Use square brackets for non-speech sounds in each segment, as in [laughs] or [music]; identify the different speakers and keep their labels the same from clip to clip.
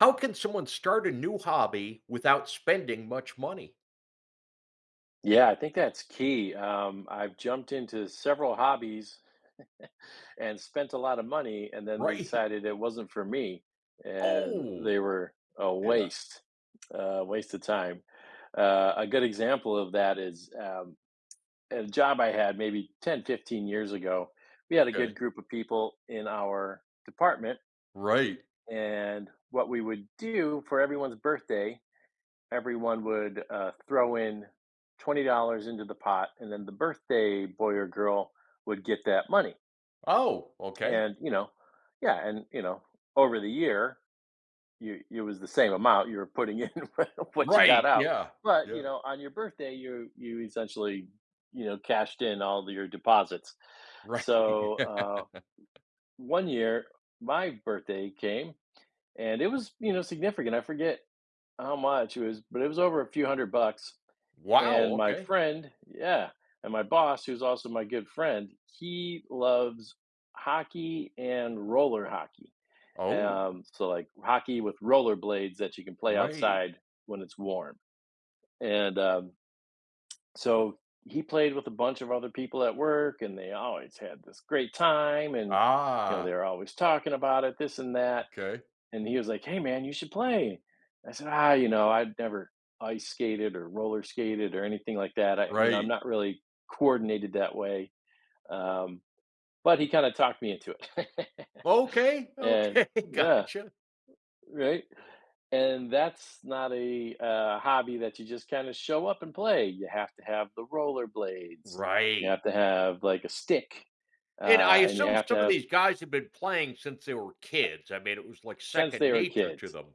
Speaker 1: How can someone start a new hobby without spending much money?
Speaker 2: Yeah, I think that's key. I've jumped into several hobbies and spent a lot of money, and then they
Speaker 1: Right. [laughs]
Speaker 2: decided it wasn't for me, and
Speaker 1: Oh,
Speaker 2: they were a
Speaker 1: yeah,
Speaker 2: waste of time. A good example of that is a job I had maybe 10, 15 years ago. We had a good
Speaker 1: okay.
Speaker 2: group of people in our department,
Speaker 1: Right.
Speaker 2: and what we would do for everyone's birthday, everyone would throw in $20 into the pot, and then the birthday boy or girl would get that money.
Speaker 1: Oh, okay.
Speaker 2: And yeah, and over the year, you it was the same amount you were putting in [laughs] what you got
Speaker 1: Right,
Speaker 2: out.
Speaker 1: yeah.
Speaker 2: But
Speaker 1: Yeah.
Speaker 2: on your birthday, you essentially cashed in all your deposits.
Speaker 1: Right.
Speaker 2: So one year, my birthday came, and it was significant. I forget how much it was, but it was over a few hundred bucks.
Speaker 1: [laughs]
Speaker 2: And
Speaker 1: Wow,
Speaker 2: my
Speaker 1: okay.
Speaker 2: friend yeah, and my boss, who's also my good friend, he loves hockey and roller hockey.
Speaker 1: Oh,
Speaker 2: So, like, hockey with roller blades that you can play
Speaker 1: right.
Speaker 2: outside when it's warm. And so he played with a bunch of other people at work, and they always had this great time, and, you know,
Speaker 1: Ah,
Speaker 2: they're always talking about it, this and that,
Speaker 1: okay.
Speaker 2: and he was like, "Hey, man, you should play." I said, " I'd never ice skated or roller skated or anything like that. I'm
Speaker 1: Right.
Speaker 2: not really coordinated that way." Um, but he kind of talked me into it,
Speaker 1: Okay,
Speaker 2: [laughs] and
Speaker 1: okay, [laughs]
Speaker 2: yeah,
Speaker 1: gotcha.
Speaker 2: right. And that's not a hobby that you just kind of show up and play. You have to have the roller blades. You
Speaker 1: Right.
Speaker 2: have to have like a stick,
Speaker 1: And I
Speaker 2: and you
Speaker 1: assume
Speaker 2: have to
Speaker 1: some of
Speaker 2: have
Speaker 1: these guys have been playing since they were kids. I mean, it was like
Speaker 2: since
Speaker 1: second
Speaker 2: they were
Speaker 1: nature to
Speaker 2: kids.
Speaker 1: them.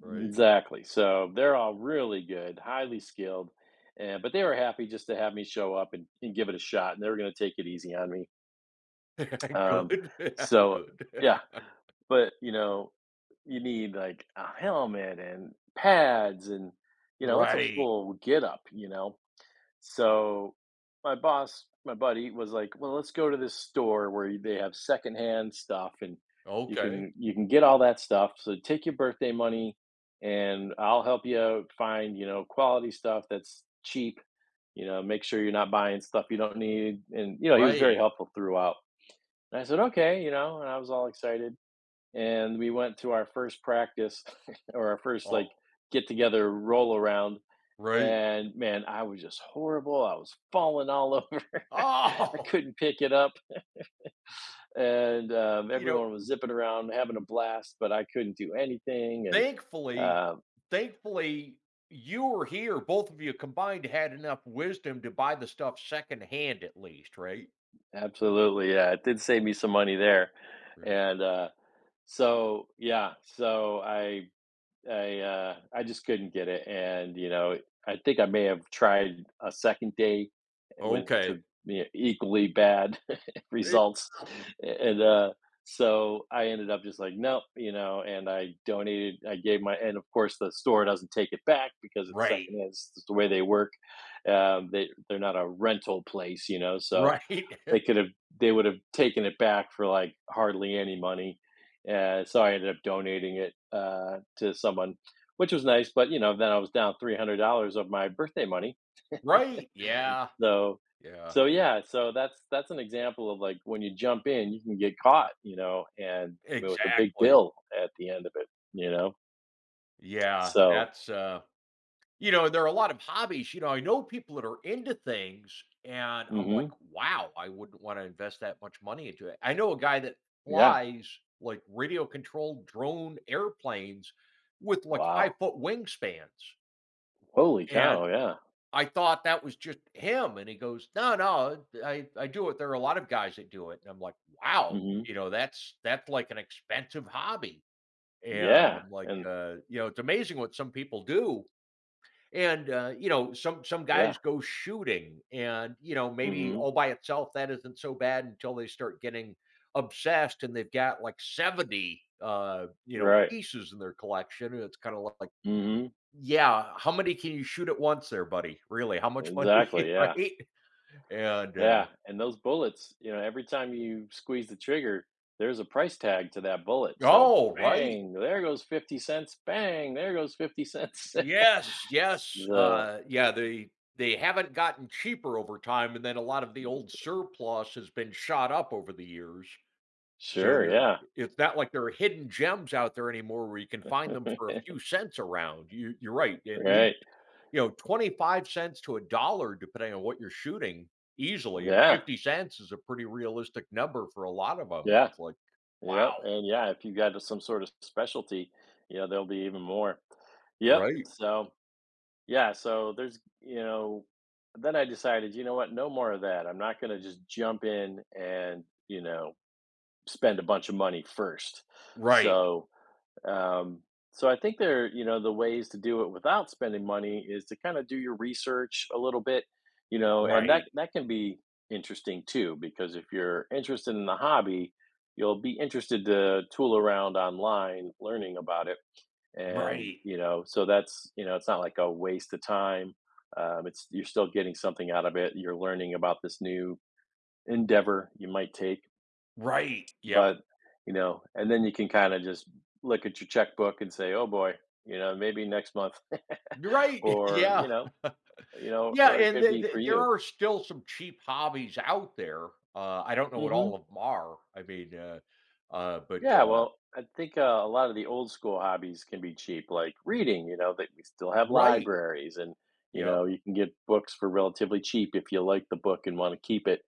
Speaker 1: Right.
Speaker 2: Exactly. So they're all really good, highly skilled, and but they were happy just to have me show up and give it a shot, and they were going to take it easy on me.
Speaker 1: [laughs]
Speaker 2: Um,
Speaker 1: Good, [laughs]
Speaker 2: so
Speaker 1: good.
Speaker 2: yeah,
Speaker 1: [laughs]
Speaker 2: but you need like a helmet and pads, and it's a
Speaker 1: Right.
Speaker 2: full get up. So my boss, my buddy was like, "Well, let's go to this store where they have secondhand stuff, and you
Speaker 1: Okay.
Speaker 2: can you can get all that stuff. So take your birthday money, and I'll help you out find, you know, quality stuff that's cheap, you know, make sure you're not buying stuff you don't need." And he was very
Speaker 1: Right.
Speaker 2: helpful throughout. And I said, "Okay," and I was all excited, and we went to our first practice [laughs] or our first like
Speaker 1: Oh,
Speaker 2: get together roll around,
Speaker 1: right.
Speaker 2: and man, I was just horrible. I was falling all over. [laughs] I
Speaker 1: Oh,
Speaker 2: couldn't pick it up, and
Speaker 1: [laughs] you know,
Speaker 2: everyone was zipping around having a blast, but I couldn't do anything and
Speaker 1: thankfully
Speaker 2: uh,
Speaker 1: thankfully, you were here, both of you combined had enough wisdom to buy the stuff secondhand at least, right?
Speaker 2: Absolutely, yeah, it did save me some money there.
Speaker 1: Right.
Speaker 2: And so yeah so I just couldn't get it, and I think I may have tried a second day with
Speaker 1: Okay.
Speaker 2: the equally bad [laughs]
Speaker 1: Hey
Speaker 2: results,
Speaker 1: yeah.
Speaker 2: and so I ended up just like nope, and I donated. I gave And of course the store doesn't take it back because it's
Speaker 1: Right.
Speaker 2: secondhand. It's just the way they work. They're not a rental place, so
Speaker 1: Right.
Speaker 2: they could
Speaker 1: [laughs]
Speaker 2: have they would have taken it back for like hardly any money. So I ended up donating it to someone, which was nice. But then I was down $300 of my birthday money.
Speaker 1: Right. Yeah.
Speaker 2: So,
Speaker 1: Yeah.
Speaker 2: so yeah, so that's an example of like when you jump in, you can get caught, and with a big
Speaker 1: Exactly.
Speaker 2: bill at the end of it.
Speaker 1: Yeah.
Speaker 2: So,
Speaker 1: That's. There are a lot of hobbies, I know people that are into things, and I'm like,
Speaker 2: hmm.
Speaker 1: "Wow, I wouldn't wanna invest that much money into it." I know a guy that
Speaker 2: Yeah,
Speaker 1: flies, like, radio-controlled drone airplanes with, like,
Speaker 2: wow,
Speaker 1: 5-foot wingspans,
Speaker 2: holy
Speaker 1: and
Speaker 2: cow, yeah.
Speaker 1: I thought that was just him, and he goes, "No, no, I do it, there are a lot of guys that do it," and I'm like, "Wow,"
Speaker 2: Hmm.
Speaker 1: "that's like an expensive hobby," and
Speaker 2: Yeah,
Speaker 1: I'm like,
Speaker 2: and
Speaker 1: it's amazing what some people do, and, some
Speaker 2: yeah.
Speaker 1: guys go shooting and, maybe
Speaker 2: Hmm.
Speaker 1: all by itself, that isn't so bad until they start getting obsessed and they've got like 70,
Speaker 2: Right.
Speaker 1: pieces in their collection. And it's kind of like,
Speaker 2: Hmm.
Speaker 1: yeah, how many can you shoot at once there, buddy? Really? How much money?
Speaker 2: Exactly,
Speaker 1: [laughs]
Speaker 2: yeah.
Speaker 1: right? And,
Speaker 2: Yeah, and those bullets, every time you squeeze the trigger, there's a price tag to that bullet. So,
Speaker 1: oh, right.
Speaker 2: bang, there goes 50 cents. Bang, there goes 50 cents. [laughs]
Speaker 1: Yes, yes.
Speaker 2: So,
Speaker 1: Yeah, they haven't gotten cheaper over time, and then a lot of the old surplus has been shot up over the years. So
Speaker 2: sure,
Speaker 1: there
Speaker 2: yeah.
Speaker 1: it's not like there are hidden gems out there anymore where you can find them for a few
Speaker 2: [laughs]
Speaker 1: cents around. You're right, at least,
Speaker 2: Right.
Speaker 1: 25 cents to a dollar depending on what you're shooting easily, and
Speaker 2: Yeah.
Speaker 1: 50 cents is a pretty realistic number for a lot of them.
Speaker 2: Yeah.
Speaker 1: It's like, wow.
Speaker 2: Yep. And yeah, if you got some sort of specialty, there'll be even more. Yep.
Speaker 1: Right.
Speaker 2: So yeah, so then I decided, you know what, no more of that. I'm not gonna just jump in and, spend a bunch of money first.
Speaker 1: Right.
Speaker 2: So, um, so, I think there, the ways to do it without spending money is to kind of do your research a little bit, and that
Speaker 1: Right.
Speaker 2: that can be interesting too, because if you're interested in the hobby, you'll be interested to tool around online learning about it, and
Speaker 1: Right.
Speaker 2: that's it's not like a waste of time. It's you're still getting something out of it. You're learning about this new endeavor you might take,
Speaker 1: Right. Yep.
Speaker 2: but, and then you can kinda just look at your checkbook and say, "Oh boy," you know, "maybe next month." [laughs]
Speaker 1: You're right. [laughs]
Speaker 2: Or,
Speaker 1: Yeah.
Speaker 2: you know,
Speaker 1: Yeah,
Speaker 2: or it
Speaker 1: and
Speaker 2: could be for
Speaker 1: there
Speaker 2: you.
Speaker 1: are still some cheap hobbies out there. I don't know what
Speaker 2: Mhm.
Speaker 1: all of them are. I mean, uh, uh, but,
Speaker 2: Yeah,
Speaker 1: uh
Speaker 2: well, I think a lot of the old school hobbies can be cheap, like reading. You know that we still have
Speaker 1: Right.
Speaker 2: libraries, and
Speaker 1: Yeah.
Speaker 2: you can get books for relatively cheap if you like the book and want to keep it.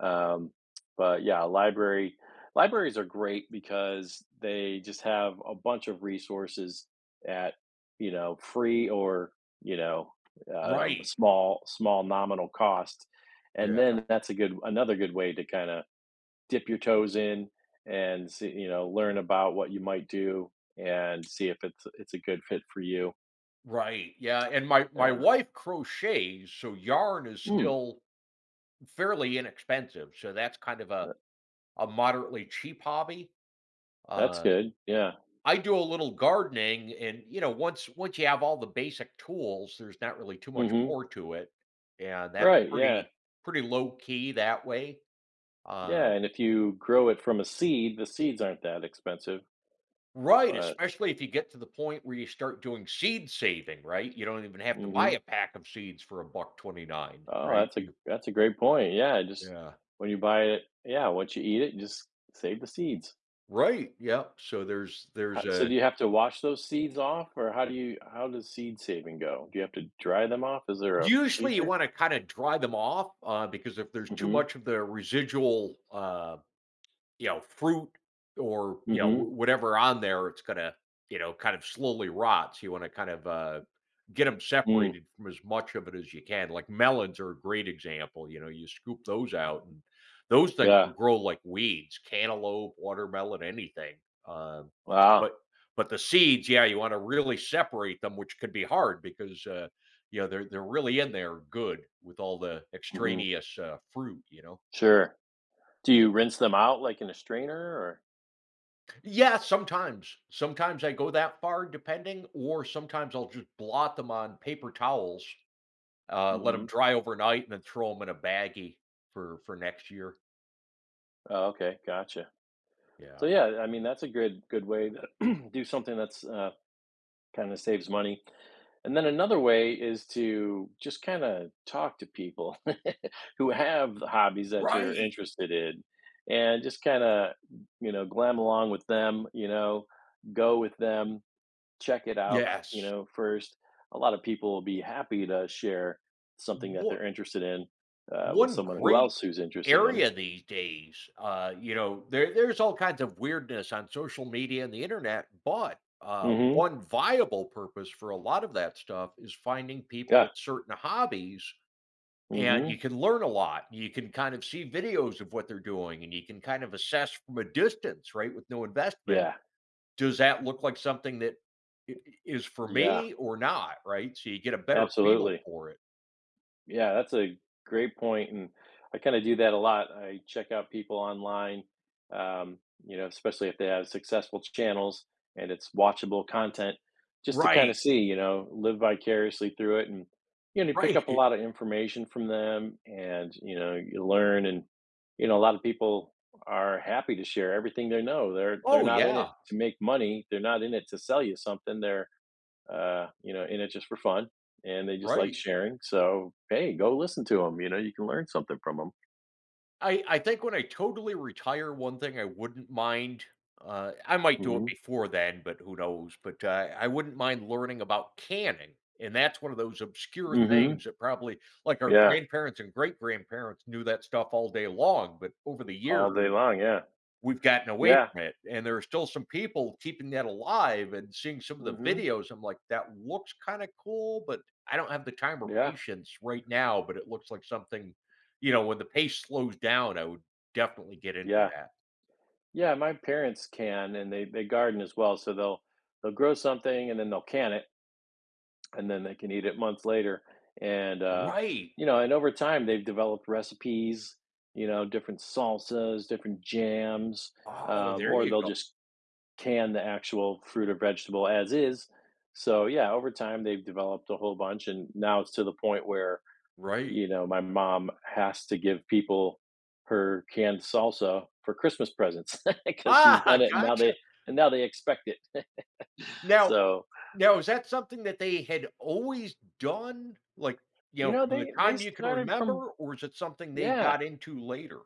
Speaker 2: Um, but yeah, library libraries are great because they just have a bunch of resources at, free, or you know
Speaker 1: Right.
Speaker 2: small nominal cost, and
Speaker 1: Yeah.
Speaker 2: then that's a good another good way to kind of dip your toes in and see, you know, learn about what you might do and see if it's it's a good fit for you.
Speaker 1: Right. Yeah, and my
Speaker 2: Yeah.
Speaker 1: wife crochets, so yarn is
Speaker 2: Mm,
Speaker 1: still fairly inexpensive, so that's kind of a
Speaker 2: tha-
Speaker 1: a moderately cheap hobby.
Speaker 2: that's
Speaker 1: Uh,
Speaker 2: good. Yeah.
Speaker 1: I do a little gardening and, once you have all the basic tools, there's not really too much
Speaker 2: Mhm.
Speaker 1: more to it, and that's
Speaker 2: Right, yeah.
Speaker 1: pretty low key that way. Uh,
Speaker 2: Yeah, and if you grow it from a seed, the seeds aren't that expensive,
Speaker 1: right,
Speaker 2: but
Speaker 1: especially if you get to the point where you start doing seed saving, right? You don't even have to buy
Speaker 2: mhm.
Speaker 1: a pack of seeds for a buck 29,
Speaker 2: Oh,
Speaker 1: right?
Speaker 2: that's a great point. Yeah, just
Speaker 1: Yeah.
Speaker 2: when you buy it, yeah, once you eat it, just save the seeds.
Speaker 1: Right, yep, so there's
Speaker 2: So do
Speaker 1: a
Speaker 2: you have to wash those seeds off, or how do you how does seed saving go? Do you have to dry them off? Is there a
Speaker 1: usually you
Speaker 2: procedure?
Speaker 1: wanna kinda dry them off, because if there's too
Speaker 2: Mm-hmm.
Speaker 1: much of the residual, fruit or,
Speaker 2: Mhm.
Speaker 1: wh whatever on there, it's gonna, kind of slowly rot, so you wanna kind of, get them
Speaker 2: Mm.
Speaker 1: separated from as much of it as you can, like, melons are a great example, you scoop those out, and those things will
Speaker 2: Yeah.
Speaker 1: grow like weeds, cantaloupe, watermelon, anything, um, but
Speaker 2: Wow.
Speaker 1: the seeds, yeah, you wanna really separate them, which could be hard because, they're really in there good with all the
Speaker 2: Mhm.
Speaker 1: extraneous, fruit, you know?
Speaker 2: Sure. Do you rinse them out like in a strainer, or
Speaker 1: Yeah, sometimes. Sometimes I go that far depending, or sometimes I'll just blot them on paper towels, let them
Speaker 2: mhm.
Speaker 1: dry overnight, and then throw them in a baggie for next year.
Speaker 2: Oh, okay. Gotcha.
Speaker 1: Yeah.
Speaker 2: So yeah, I mean, that's a good way to [clears throat] do something that's kind of saves money. And then another way is to just kind of talk to people [laughs] who have the hobbies that you're
Speaker 1: Right.
Speaker 2: interested in and just kind of, you know, glam along with them, you know, go with them, check it out, you
Speaker 1: Yes.
Speaker 2: know, first. A lot of people will be happy to share something that
Speaker 1: What
Speaker 2: they're interested in, with
Speaker 1: one
Speaker 2: someone who
Speaker 1: great
Speaker 2: else who's interested in.
Speaker 1: area these days. There's all kinds of weirdness on social media and the internet, but
Speaker 2: Mhm.
Speaker 1: one viable purpose for a lot of that stuff is finding people
Speaker 2: Yeah.
Speaker 1: with certain hobbies and you
Speaker 2: Mhm.
Speaker 1: can learn a lot. You can kind of see videos of what they're doing and you can kind of assess from a distance, right? With no investment,
Speaker 2: Yeah.
Speaker 1: does that look like something that is for
Speaker 2: Yeah.
Speaker 1: me or not, right? So you get a better feel
Speaker 2: Absolutely.
Speaker 1: for it.
Speaker 2: Yeah, that's a great point, and I kind of do that a lot. I check out people online, um, you know, especially if they have successful channels and it's watchable content, just to kind of
Speaker 1: Right.
Speaker 2: see, you know, live vicariously through it, and you know, you pick
Speaker 1: Right.
Speaker 2: up a
Speaker 1: [laughs]
Speaker 2: lot of information from them, and you know, you learn, and you know, a lot of people are happy to share everything they know. They're
Speaker 1: Oh
Speaker 2: not in it
Speaker 1: yeah,
Speaker 2: to make money. They're not in it to sell you something. They're in it just for fun, and they just like
Speaker 1: right.
Speaker 2: sharing. So hey, go listen to them. You know, you can learn something from them.
Speaker 1: I think when I totally retire, one thing I wouldn't mind, I might do it
Speaker 2: Mm-hmm.
Speaker 1: before then, but who knows? But I wouldn't mind learning about canning, and that's one of those obscure
Speaker 2: Mm-hmm.
Speaker 1: things that probably like our
Speaker 2: Yeah,
Speaker 1: grandparents and great grandparents knew that stuff all day long, but over the
Speaker 2: all day
Speaker 1: years.
Speaker 2: long. Yeah,
Speaker 1: We've gotten away
Speaker 2: yeah.
Speaker 1: from it, and there are still some people keeping that alive and seeing some of the
Speaker 2: Mm-hmm.
Speaker 1: videos, I'm like, "That looks kinda cool, but I don't have the time or
Speaker 2: Yeah,
Speaker 1: patience right now," but it looks like something when the pace slows down, I would definitely get into
Speaker 2: yeah,
Speaker 1: that.
Speaker 2: yeah. My parents can, and they garden as well. So they'll grow something, and then they'll can it, and then they can eat it months later. And uh,
Speaker 1: Right.
Speaker 2: and over time they've developed recipes. You know, different salsas, different jams,
Speaker 1: Oh, there
Speaker 2: or
Speaker 1: you
Speaker 2: they'll
Speaker 1: go.
Speaker 2: just can the actual fruit or vegetable as is. So yeah, over time they've developed a whole bunch, and now it's to the point where,
Speaker 1: Right.
Speaker 2: you know, my mom has to give people her canned salsa for Christmas presents [laughs] because she's done
Speaker 1: Ah,
Speaker 2: it, and now they
Speaker 1: gotcha.
Speaker 2: and now they expect it. [laughs]
Speaker 1: Now
Speaker 2: So,
Speaker 1: now is that something that they had always done, like,
Speaker 2: you know,
Speaker 1: from the
Speaker 2: they
Speaker 1: time you can
Speaker 2: started from,
Speaker 1: remember, or is it something they
Speaker 2: yeah.
Speaker 1: got into later?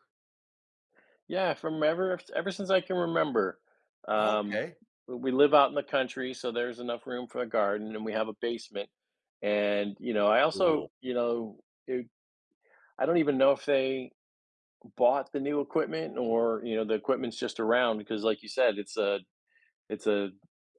Speaker 2: Yeah, from ever since I can remember. Um,
Speaker 1: Okay.
Speaker 2: we live out in the country, so there's enough room for a garden, and we have a basement, and, you know, I also,
Speaker 1: Cool.
Speaker 2: you know, it I don't even know if they bought the new equipment, or, you know, the equipment's just around, because like you said, it's it's a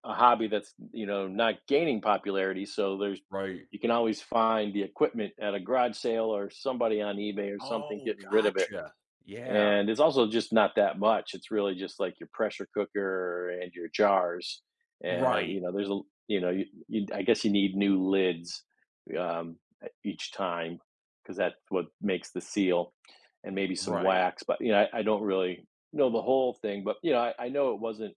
Speaker 2: a hobby that's, you know, not gaining popularity, so there's
Speaker 1: Right.
Speaker 2: you can always find the equipment at a garage sale, or somebody on eBay or something
Speaker 1: Oh,
Speaker 2: getting rid of it.
Speaker 1: gotcha. Yeah.
Speaker 2: And it's also just not that much. It's really just like your pressure cooker and your jars. And, you
Speaker 1: Right,
Speaker 2: know, there's a, you know, you, I guess you need new lids um, each time, because that's what makes the seal, and maybe some
Speaker 1: right.
Speaker 2: wax. But I don't really know the whole thing. But I know it wasn't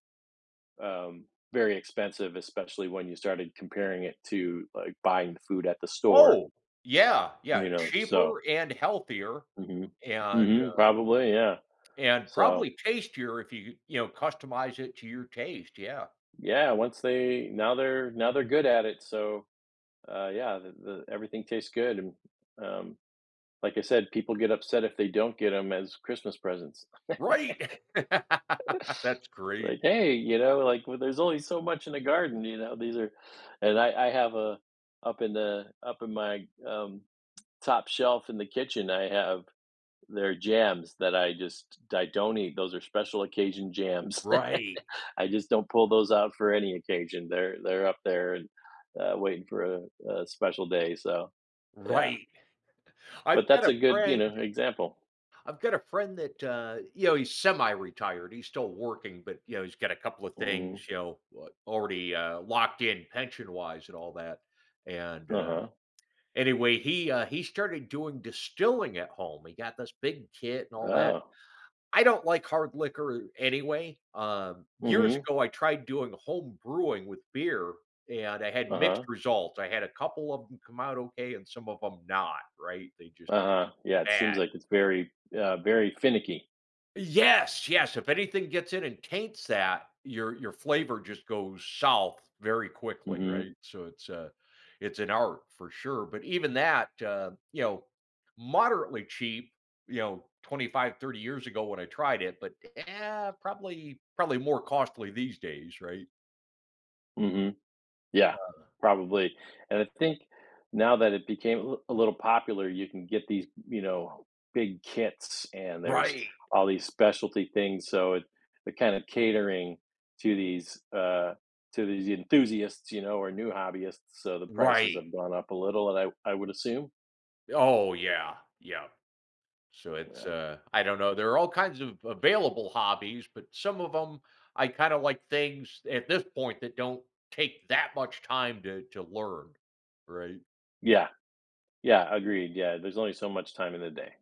Speaker 2: um, very expensive, especially when you started comparing it to like buying food at the store,
Speaker 1: Oh, yeah,
Speaker 2: you
Speaker 1: yeah,
Speaker 2: know. So,
Speaker 1: cheaper and healthier
Speaker 2: hmm.
Speaker 1: and,
Speaker 2: Hmm,
Speaker 1: uh,
Speaker 2: probably, yeah.
Speaker 1: and
Speaker 2: So,
Speaker 1: probably tastier if you, customize it to your taste, yeah.
Speaker 2: yeah, once they now they're good at it, so, yeah, the everything tastes good, and, um, like I said, people get upset if they don't get them as Christmas presents. [laughs]
Speaker 1: Right. [laughs] That's
Speaker 2: Like,
Speaker 1: great.
Speaker 2: "Hey," you know, like, "Well, there's only so much in the garden," you know, these are. And I have a up in my, top shelf in the kitchen. I have their jams that I don't eat. Those are special occasion jams.
Speaker 1: Right,
Speaker 2: I just don't pull those out for any occasion. They're up there and waiting for a special day. So yeah,
Speaker 1: right. I've
Speaker 2: but
Speaker 1: got
Speaker 2: that's
Speaker 1: a
Speaker 2: a good
Speaker 1: friend
Speaker 2: example.
Speaker 1: I've got a friend that, he's semi-retired, he's still working, but, he's got a couple of
Speaker 2: Hmm.
Speaker 1: things, already, locked in pension-wise and all that, and,
Speaker 2: Uh
Speaker 1: uh
Speaker 2: huh.
Speaker 1: Anyway, he started doing distilling at home. He got this big kit and all that.
Speaker 2: Oh.
Speaker 1: I don't like hard liquor anyway. Years
Speaker 2: Hmm.
Speaker 1: ago, I tried doing home brewing with beer and I
Speaker 2: Uh
Speaker 1: had mixed
Speaker 2: huh.
Speaker 1: results. I had a couple of them come out okay and some of them not, right? They just
Speaker 2: Uh huh. Yeah. It seems
Speaker 1: bad.
Speaker 2: like it's very very finicky.
Speaker 1: Yes, yes, if anything gets in and taints that, your flavor just goes south very quickly,
Speaker 2: Hmm.
Speaker 1: right? So it's an art for sure, but even that, moderately cheap, 25, 30 years ago when I tried it, but, probably more costly these days, right?
Speaker 2: Hmm. Yeah, probably, and I think now that it became a little popular, you can get these, you know, big kits, and there's
Speaker 1: Right.
Speaker 2: all these specialty things, so it they're kind of catering to these enthusiasts, or new hobbyists, so the prices
Speaker 1: Right.
Speaker 2: have gone up a little, and I would assume.
Speaker 1: Oh, yeah, yeah. So it's
Speaker 2: Yeah.
Speaker 1: I don't know. There are all kinds of available hobbies, but some of them I kind of like things at this point that don't take that much time to learn, right?
Speaker 2: Yeah. Yeah, agreed, yeah, there's only so much time in the day.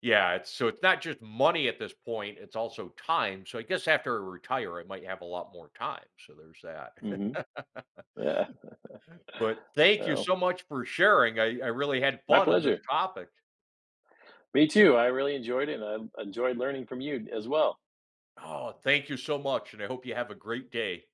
Speaker 1: Yeah, it's so it's not just money at this point, it's also time. So I guess after I retire, I might have a lot more time. So there's that.
Speaker 2: Mhm.
Speaker 1: [laughs]
Speaker 2: Yeah.
Speaker 1: But thank you
Speaker 2: Well,
Speaker 1: so much for sharing. I really had
Speaker 2: my
Speaker 1: fun on this
Speaker 2: pleasure.
Speaker 1: topic.
Speaker 2: Me too, I really enjoyed it, and I enjoyed learning from you as well.
Speaker 1: Oh, thank you so much. And I hope you have a great day.